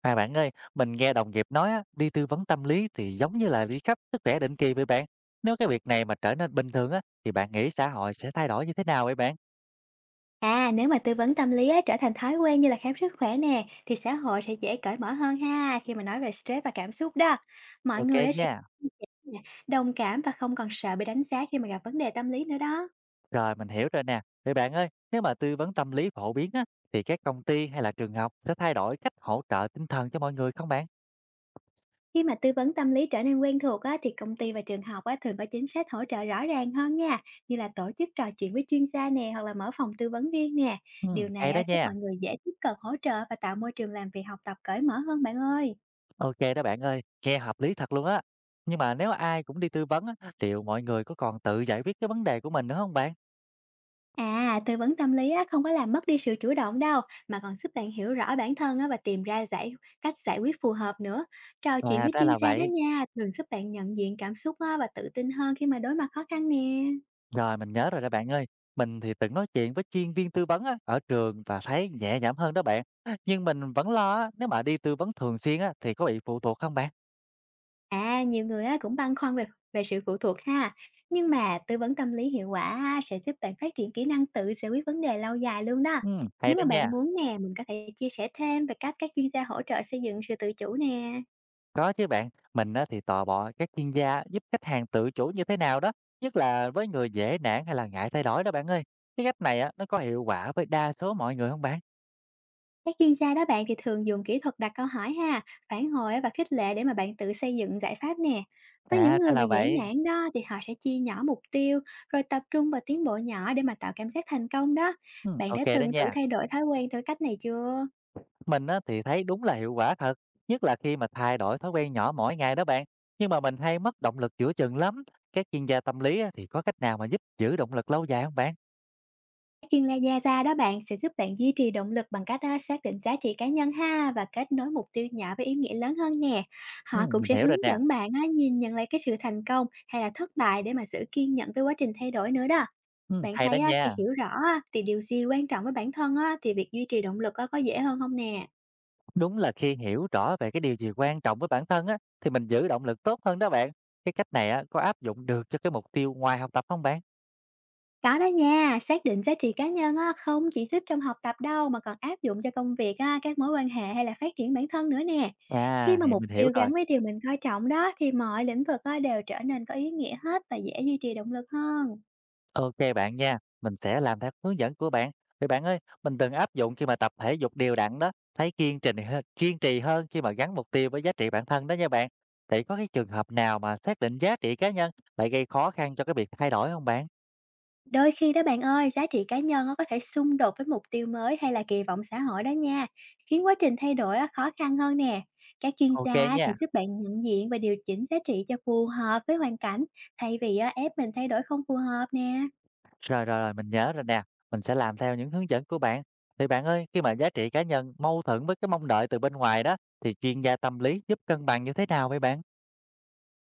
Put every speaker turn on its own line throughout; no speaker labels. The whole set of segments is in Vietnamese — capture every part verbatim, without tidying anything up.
À bạn ơi, mình nghe đồng nghiệp nói á, đi tư vấn tâm lý thì giống như là đi khám sức khỏe định kỳ với bạn. Nếu cái việc này mà trở nên bình thường á, thì bạn nghĩ xã hội sẽ thay đổi như thế nào vậy bạn?
À, nếu mà tư vấn tâm lý á, trở thành thói quen như là khám sức khỏe nè, thì xã hội sẽ dễ cởi mở hơn ha khi mà nói về stress và cảm xúc đó. Mọi
Ok
người á, sẽ
nha.
đồng cảm và không còn sợ bị đánh giá khi mà gặp vấn đề tâm lý nữa đó.
Rồi mình hiểu rồi nè. Vậy bạn ơi, nếu mà tư vấn tâm lý phổ biến á, thì các công ty hay là trường học sẽ thay đổi cách hỗ trợ tinh thần cho mọi người không bạn?
Khi mà tư vấn tâm lý trở nên quen thuộc á, thì công ty và trường học á, thường có chính sách hỗ trợ rõ ràng hơn nha, như là tổ chức trò chuyện với chuyên gia nè hoặc là mở phòng tư vấn riêng nè.
Ừ,
Điều này
hay
á,
đó
giúp
nha.
mọi người dễ tiếp cận hỗ trợ và tạo môi trường làm việc học tập cởi mở hơn bạn ơi.
Ok đó bạn ơi, nghe hợp lý thật luôn á. Nhưng mà nếu ai cũng đi tư vấn á, liệu mọi người có còn tự giải quyết cái vấn đề của mình nữa không bạn?
À, tư vấn tâm lý á, không có làm mất đi sự chủ động đâu, mà còn giúp bạn hiểu rõ bản thân á, và tìm ra giải cách giải quyết phù hợp nữa. Trò chuyện
À
với
ra
chuyên
là
gia đó
vậy.
nha, thường giúp bạn nhận diện cảm xúc á, và tự tin hơn khi mà đối mặt khó khăn nè.
Rồi, mình nhớ rồi đó bạn ơi. Mình thì từng nói chuyện với chuyên viên tư vấn á, ở trường và thấy nhẹ nhõm hơn đó bạn. Nhưng mình vẫn lo á, nếu mà đi tư vấn thường xuyên á, thì có bị phụ thuộc không bạn?
À, nhiều người á, cũng băn khoăn về về sự phụ thuộc ha. Nhưng mà tư vấn tâm lý hiệu quả á, sẽ giúp bạn phát triển kỹ năng tự giải quyết vấn đề lâu dài luôn đó.
Ừ, hay
Nếu
đó
mà
nha.
bạn muốn nè, mình có thể chia sẻ thêm về cách các chuyên gia hỗ trợ xây dựng sự tự chủ nè.
Có chứ bạn. Mình á, thì tò mò các chuyên gia giúp khách hàng tự chủ như thế nào đó. Nhất là với người dễ nản hay là ngại thay đổi đó bạn ơi. Cái cách này á, nó có hiệu quả với đa số mọi người không bạn?
Các chuyên gia đó bạn thì thường dùng kỹ thuật đặt câu hỏi ha, phản hồi á và khích lệ để mà bạn tự xây dựng giải pháp nè. Với những
À, ra
người mà
là
dễ
vậy.
nản đó thì họ sẽ chia nhỏ mục tiêu rồi tập trung vào tiến bộ nhỏ để mà tạo cảm giác thành công đó.
Ừ,
Bạn
ok
đã
đó
từng thử
nha.
thay đổi thói quen theo cách này chưa?
Mình á, thì thấy đúng là hiệu quả thật, nhất là khi mà thay đổi thói quen nhỏ mỗi ngày đó bạn. Nhưng mà mình hay mất động lực giữa chừng lắm. Các chuyên gia tâm lý á, thì có cách nào mà giúp giữ động lực lâu dài không bạn?
Các chuyên gia gia đó bạn sẽ giúp bạn duy trì động lực bằng cách á, xác định giá trị cá nhân ha và kết nối mục tiêu nhỏ với ý nghĩa lớn hơn nè.
Ừ,
Họ cũng
mình
sẽ
hiểu rồi
hướng
nè.
dẫn bạn á, nhìn nhận lại cái sự thành công hay là thất bại để mà giữ kiên nhẫn với quá trình thay đổi nữa đó.
Ừ,
Bạn
hay đó
thấy á, khi
nha.
hiểu rõ á, thì điều gì quan trọng với bản thân á, thì việc duy trì động lực á, có dễ hơn không nè?
Đúng là khi hiểu rõ về cái điều gì quan trọng với bản thân á, thì mình giữ động lực tốt hơn đó bạn. Cái cách này á, có áp dụng được cho cái mục tiêu ngoài học tập không bạn?
Có đó nha, xác định giá trị cá nhân á, không chỉ giúp trong học tập đâu mà còn áp dụng cho công việc, á, các mối quan hệ hay là phát triển bản thân nữa nè. Khi
À,
mà
thì
mục
mình hiểu
tiêu
rồi.
gắn với điều mình coi trọng đó thì mọi lĩnh vực á, đều trở nên có ý nghĩa hết và dễ duy trì động lực hơn.
OK bạn nha, mình sẽ làm theo hướng dẫn của bạn. Vậy bạn ơi, mình từng áp dụng khi mà tập thể dục đều đặn đó, thấy kiên trì hơn, kiên trì hơn khi mà gắn mục tiêu với giá trị bản thân đó nha bạn. Vậy có cái trường hợp nào mà xác định giá trị cá nhân lại gây khó khăn cho cái việc thay đổi không bạn?
Đôi khi đó bạn ơi, giá trị cá nhân nó có thể xung đột với mục tiêu mới hay là kỳ vọng xã hội đó nha, khiến quá trình thay đổi á khó khăn hơn nè. Các chuyên gia
OK
á sẽ
nha.
giúp bạn nhận diện và điều chỉnh giá trị cho phù hợp với hoàn cảnh, thay vì á ép mình thay đổi không phù hợp nè.
Rồi rồi rồi, mình nhớ rồi nè, mình sẽ làm theo những hướng dẫn của bạn. Thì bạn ơi, khi mà giá trị cá nhân mâu thuẫn với cái mong đợi từ bên ngoài đó, thì chuyên gia tâm lý giúp cân bằng như thế nào vậy bạn?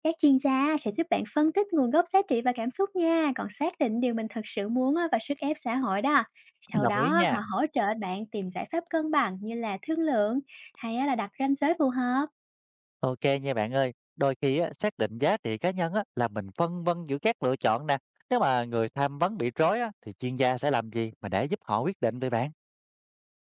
Các chuyên gia á sẽ giúp bạn phân tích nguồn gốc giá trị và cảm xúc nha, còn xác định điều mình thật sự muốn á và sức ép xã hội đó. Sau
Đồng ý
đó á, họ
nha.
hỗ trợ bạn tìm giải pháp cân bằng như là thương lượng hay á là đặt ranh giới phù hợp.
Ok nha bạn ơi, đôi khi á, xác định giá trị cá nhân á, là mình phân vân giữa các lựa chọn nè. Nếu mà người tham vấn bị rối á, thì chuyên gia sẽ làm gì mà để giúp họ quyết định vậy bạn?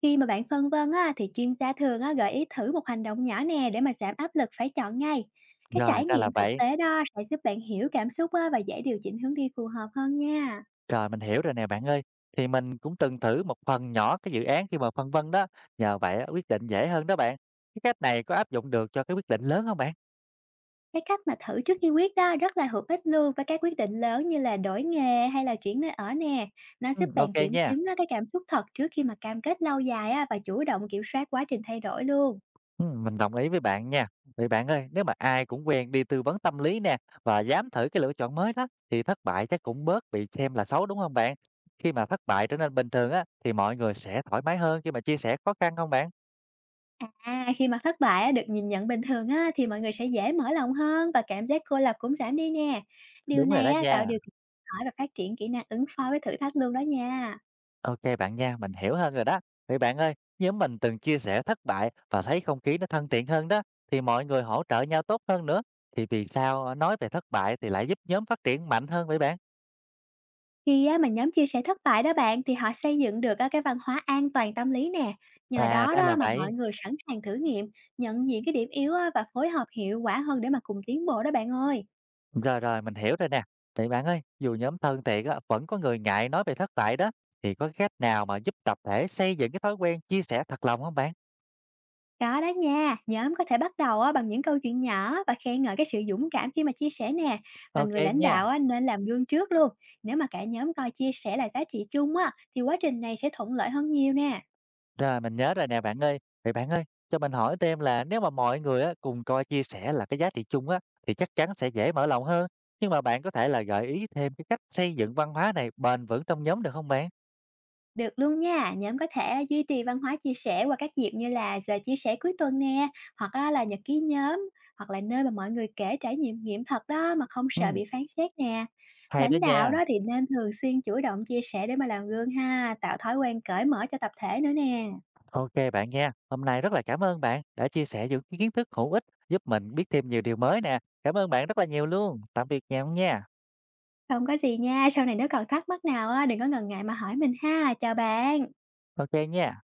Khi mà bạn phân vân á, thì chuyên gia thường á, gợi ý thử một hành động nhỏ nè để mà giảm áp lực phải chọn ngay. Cái
Rồi,
trải
ra là
nghiệm thực
vậy.
tế đó sẽ giúp bạn hiểu cảm xúc á, và dễ điều chỉnh hướng đi phù hợp hơn nha.
Rồi mình hiểu rồi nè bạn ơi. Thì mình cũng từng thử một phần nhỏ cái dự án khi mà phân vân đó. Nhờ vậy á, quyết định dễ hơn đó bạn. Cái cách này có áp dụng được cho cái quyết định lớn không bạn?
Cái cách mà thử trước khi quyết đó rất là hữu ích luôn với các quyết định lớn như là đổi nghề hay là chuyển nơi ở nè. Nó
Ừ,
giúp
ok
bạn kiểm
nha.
chứng á, cái cảm xúc thật trước khi mà cam kết lâu dài á, và chủ động kiểm soát quá trình thay đổi luôn.
Ừm, mình đồng ý với bạn nha. Vậy bạn ơi, nếu mà ai cũng quen đi tư vấn tâm lý nè và dám thử cái lựa chọn mới đó thì thất bại chắc cũng bớt bị xem là xấu đúng không bạn? Khi mà thất bại trở nên bình thường á thì mọi người sẽ thoải mái hơn khi mà chia sẻ khó khăn không bạn?
À, khi mà thất bại á, được nhìn nhận bình thường á, thì mọi người sẽ dễ mở lòng hơn và cảm giác cô lập cũng giảm đi nè. Điều
Đúng rồi
này
đó
á, tạo
nha.
điều kiện hỏi và phát triển kỹ năng ứng phó với thử thách luôn đó nha.
Ok bạn nha, mình hiểu hơn rồi đó. Vậy bạn ơi, nhóm mình từng chia sẻ thất bại và thấy không khí nó thân thiện hơn đó thì mọi người hỗ trợ nhau tốt hơn nữa. Thì vì sao nói về thất bại thì lại giúp nhóm phát triển mạnh hơn vậy bạn?
Khi á, mà nhóm chia sẻ thất bại đó bạn thì họ xây dựng được á, cái văn hóa an toàn tâm lý nè. Nhờ
À,
đó
ra
đó
là
mà
vậy.
mọi người sẵn sàng thử nghiệm, nhận diện cái điểm yếu á, và phối hợp hiệu quả hơn để mà cùng tiến bộ đó bạn ơi.
Rồi, rồi, mình hiểu rồi nè. Vậy bạn ơi, dù nhóm thân thiện á, vẫn có người ngại nói về thất bại đó, thì có cách nào mà giúp tập thể xây dựng cái thói quen chia sẻ thật lòng không bạn?
Có đó nha, nhóm có thể bắt đầu á, bằng những câu chuyện nhỏ và khen ngợi cái sự dũng cảm khi mà chia sẻ nè. Và người
OK
lãnh
nha.
đạo á, nên làm gương trước luôn. Nếu mà cả nhóm coi chia sẻ là giá trị chung á, thì quá trình này sẽ thuận lợi hơn nhiều nè.
Rồi, mình nhớ rồi nè bạn ơi. Vậy bạn ơi, cho mình hỏi thêm là nếu mà mọi người á, cùng coi chia sẻ là cái giá trị chung á, thì chắc chắn sẽ dễ mở lòng hơn. Nhưng mà bạn có thể là gợi ý thêm cái cách xây dựng văn hóa này bền vững trong nhóm được không bạn?
Được luôn nha, nhóm có thể duy trì văn hóa chia sẻ qua các dịp như là giờ chia sẻ cuối tuần nè, hoặc á, là nhật ký nhóm, hoặc là nơi mà mọi người kể trải nghiệm nghiệm thật đó mà không sợ
Ừm,
bị phán xét nè.
hay đó
Lãnh đạo
nha.
đó thì nên thường xuyên chủ động chia sẻ để mà làm gương ha, tạo thói quen cởi mở cho tập thể nữa nè.
Ok bạn nha, hôm nay rất là cảm ơn bạn đã chia sẻ những cái kiến thức hữu ích giúp mình biết thêm nhiều điều mới nè. Cảm ơn bạn rất là nhiều luôn. Tạm biệt nhau nha.
Không có gì nha, sau này nếu còn thắc mắc nào á, đừng có ngần ngại mà hỏi mình ha. Chào bạn.
Ok nha.